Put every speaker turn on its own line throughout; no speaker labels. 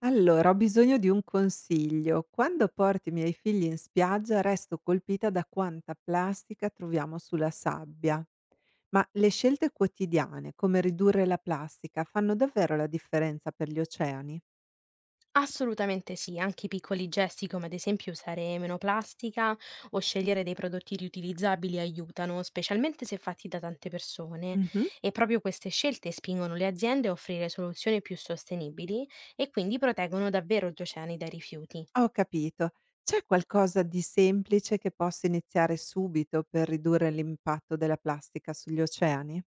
Allora, ho bisogno di un consiglio. Quando porto i miei figli in spiaggia resto colpita da quanta plastica troviamo sulla sabbia. Ma le scelte quotidiane, come ridurre la plastica, fanno davvero la differenza per gli oceani?
Assolutamente sì, anche i piccoli gesti come ad esempio usare meno plastica o scegliere dei prodotti riutilizzabili aiutano, specialmente se fatti da tante persone.
Mhm.
E proprio queste scelte spingono le aziende a offrire soluzioni più sostenibili e quindi proteggono davvero gli oceani dai rifiuti.
Ho capito. C'è qualcosa di semplice che posso iniziare subito per ridurre l'impatto della plastica sugli oceani?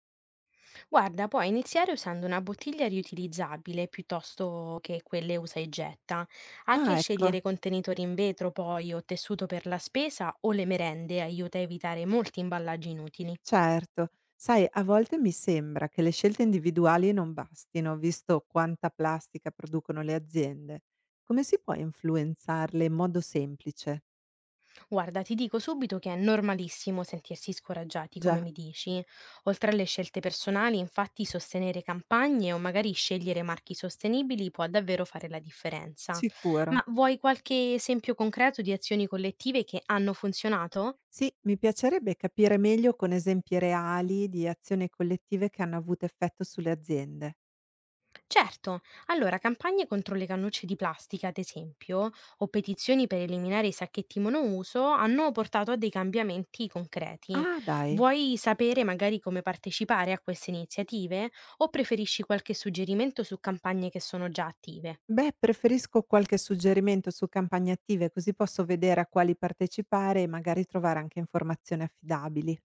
Guarda, puoi iniziare usando una bottiglia riutilizzabile piuttosto che quelle usa e getta. Anche
Ah, ecco.
scegliere contenitori in vetro poi o tessuto per la spesa o le merende aiuta a evitare molti imballaggi inutili.
Certo. Sai, a volte mi sembra che le scelte individuali non bastino, visto quanta plastica producono le aziende. Come si può influenzarle in modo semplice?
Guarda, ti dico subito che è normalissimo sentirsi scoraggiati, come
Già,
mi dici. Oltre alle scelte personali, infatti, sostenere campagne o magari scegliere marchi sostenibili può davvero fare la differenza.
sicuro.
Ma vuoi qualche esempio concreto di azioni collettive che hanno funzionato?
Sì, mi piacerebbe capire meglio con esempi reali di azioni collettive che hanno avuto effetto sulle aziende.
Certo, allora campagne contro le cannucce di plastica, ad esempio, o petizioni per eliminare i sacchetti monouso hanno portato a dei cambiamenti concreti.
Ah, dai.
Vuoi sapere magari come partecipare a queste iniziative o preferisci qualche suggerimento su campagne che sono già attive?
Beh, preferisco qualche suggerimento su campagne attive, così posso vedere a quali partecipare e magari trovare anche informazioni affidabili.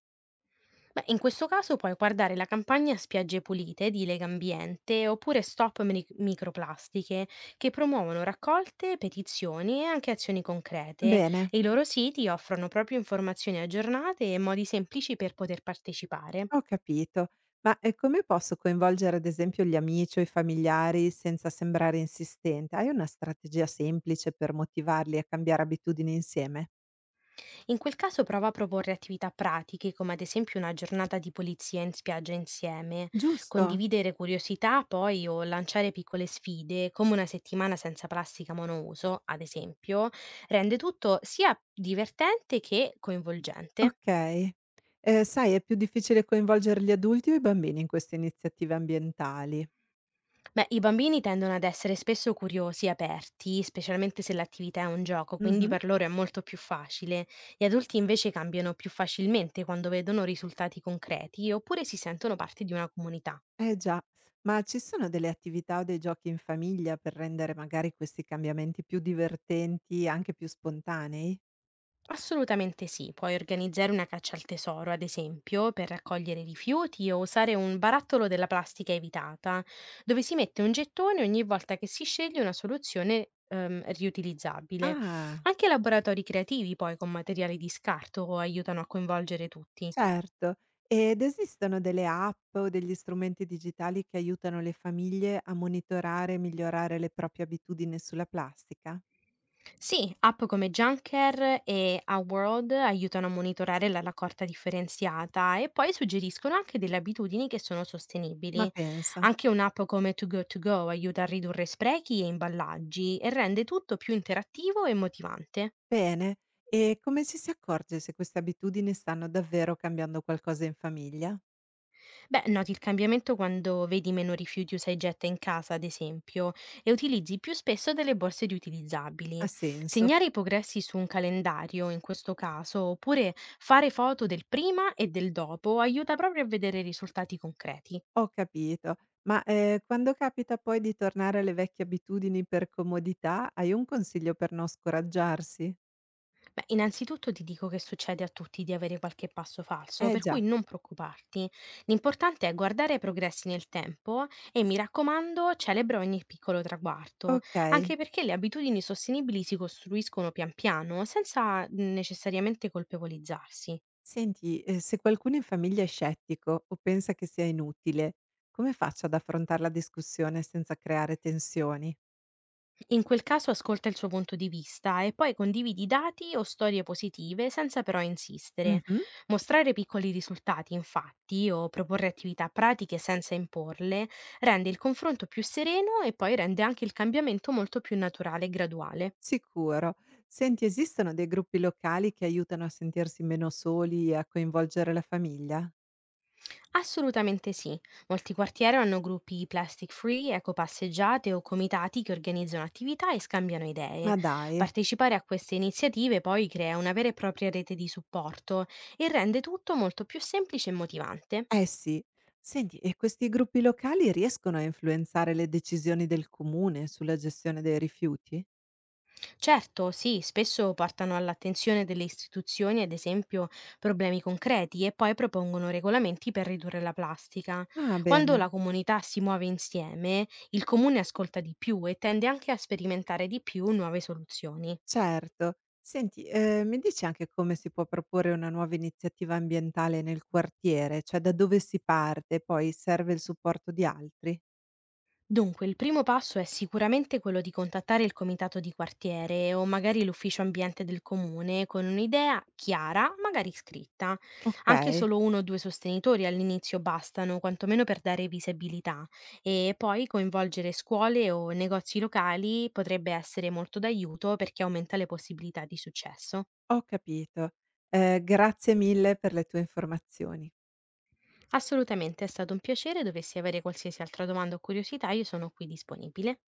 Beh, in questo caso puoi guardare la campagna Spiagge pulite di Legambiente oppure Stop Mini- microplastiche che promuovono raccolte, petizioni e anche azioni concrete
Bene.
e i loro siti offrono proprio informazioni aggiornate e modi semplici per poter partecipare.
Ho capito. Ma, come posso coinvolgere ad esempio gli amici o i familiari senza sembrare insistente? Hai una strategia semplice per motivarli a cambiare abitudini insieme?
In quel caso prova a proporre attività pratiche, come ad esempio una giornata di pulizia in spiaggia insieme,
Giusto,
condividere curiosità poi o lanciare piccole sfide, come una settimana senza plastica monouso, ad esempio, rende tutto sia divertente che coinvolgente.
okay. Sai è più difficile coinvolgere gli adulti o i bambini in queste iniziative ambientali.
Beh, i bambini tendono ad essere spesso curiosi e aperti, specialmente se l'attività è un gioco, quindi
Mh-mh.
per loro è molto più facile. Gli adulti invece cambiano più facilmente quando vedono risultati concreti oppure si sentono parte di una comunità.
Eh già. Ma ci sono delle attività o dei giochi in famiglia per rendere magari questi cambiamenti più divertenti, anche più spontanei?
Assolutamente sì, puoi organizzare una caccia al tesoro, ad esempio, per raccogliere rifiuti o usare un barattolo della plastica evitata, dove si mette un gettone ogni volta che si sceglie una soluzione riutilizzabile.
Ah.
Anche laboratori creativi, poi, con materiali di scarto aiutano a coinvolgere tutti.
Certo. Ed esistono delle app o degli strumenti digitali che aiutano le famiglie a monitorare e migliorare le proprie abitudini sulla plastica?
Sì, app come Junker e Aword aiutano a monitorare la raccolta differenziata e poi suggeriscono anche delle abitudini che sono
Ma
sostenibili.
pensa.
Anche un'app come To Go To Go aiuta a ridurre sprechi e imballaggi e rende tutto più interattivo e motivante.
Bene. E come ci si accorge se queste abitudini stanno davvero cambiando qualcosa in famiglia?
Beh, noti il cambiamento quando vedi meno rifiuti usa e getta in casa, ad esempio, e utilizzi più spesso delle borse
Ha
riutilizzabili.
senso.
Segnare i progressi su un calendario, in questo caso, oppure fare foto del prima e del dopo, aiuta proprio a vedere risultati concreti.
Ho capito. Ma, quando capita poi di tornare alle vecchie abitudini per comodità, hai un consiglio per non scoraggiarsi?
Beh, innanzitutto ti dico che succede a tutti di avere qualche passo falso,
Eh
per
già,
cui non preoccuparti. L'importante è guardare i progressi nel tempo e mi raccomando, celebra ogni piccolo traguardo,
ok.
anche perché le abitudini sostenibili si costruiscono pian piano, senza necessariamente colpevolizzarsi.
Senti, se qualcuno in famiglia è scettico o pensa che sia inutile, come faccio ad affrontare la discussione senza creare tensioni?
In quel caso ascolta il suo punto di vista e poi condividi dati o storie positive senza però insistere.
Mh-mh,
Mostrare piccoli risultati, infatti, o proporre attività pratiche senza imporle, rende il confronto più sereno e poi rende anche il cambiamento molto più naturale e graduale.
sicuro. Senti, esistono dei gruppi locali che aiutano a sentirsi meno soli e a coinvolgere la famiglia?
Assolutamente sì. Molti quartieri hanno gruppi plastic free, ecopasseggiate o comitati che organizzano attività e scambiano
Ma
idee.
dai.
Partecipare a queste iniziative poi crea una vera e propria rete di supporto e rende tutto molto più semplice e motivante.
Eh sì. Senti, e questi gruppi locali riescono a influenzare le decisioni del comune sulla gestione dei rifiuti?
Certo, sì, spesso portano all'attenzione delle istituzioni, ad esempio, problemi concreti e poi propongono regolamenti per ridurre la plastica.
Ah,
Quando la
bene.
comunità si muove insieme, il comune ascolta di più e tende anche a sperimentare di più nuove soluzioni.
Certo. Senti, mi dici anche come si può proporre una nuova iniziativa ambientale nel quartiere? Cioè da dove si parte? Poi serve il supporto di altri?
Dunque, il primo passo è sicuramente quello di contattare il comitato di quartiere o magari l'ufficio ambiente del comune con un'idea chiara, magari scritta. Anche
Okay,
solo uno o due sostenitori all'inizio bastano, quantomeno per dare visibilità. E poi coinvolgere scuole o negozi locali potrebbe essere molto d'aiuto perché aumenta le possibilità di successo.
ho capito. Grazie mille per le tue informazioni.
Assolutamente, è stato un piacere. Dovessi avere qualsiasi altra domanda o curiosità, io sono qui disponibile.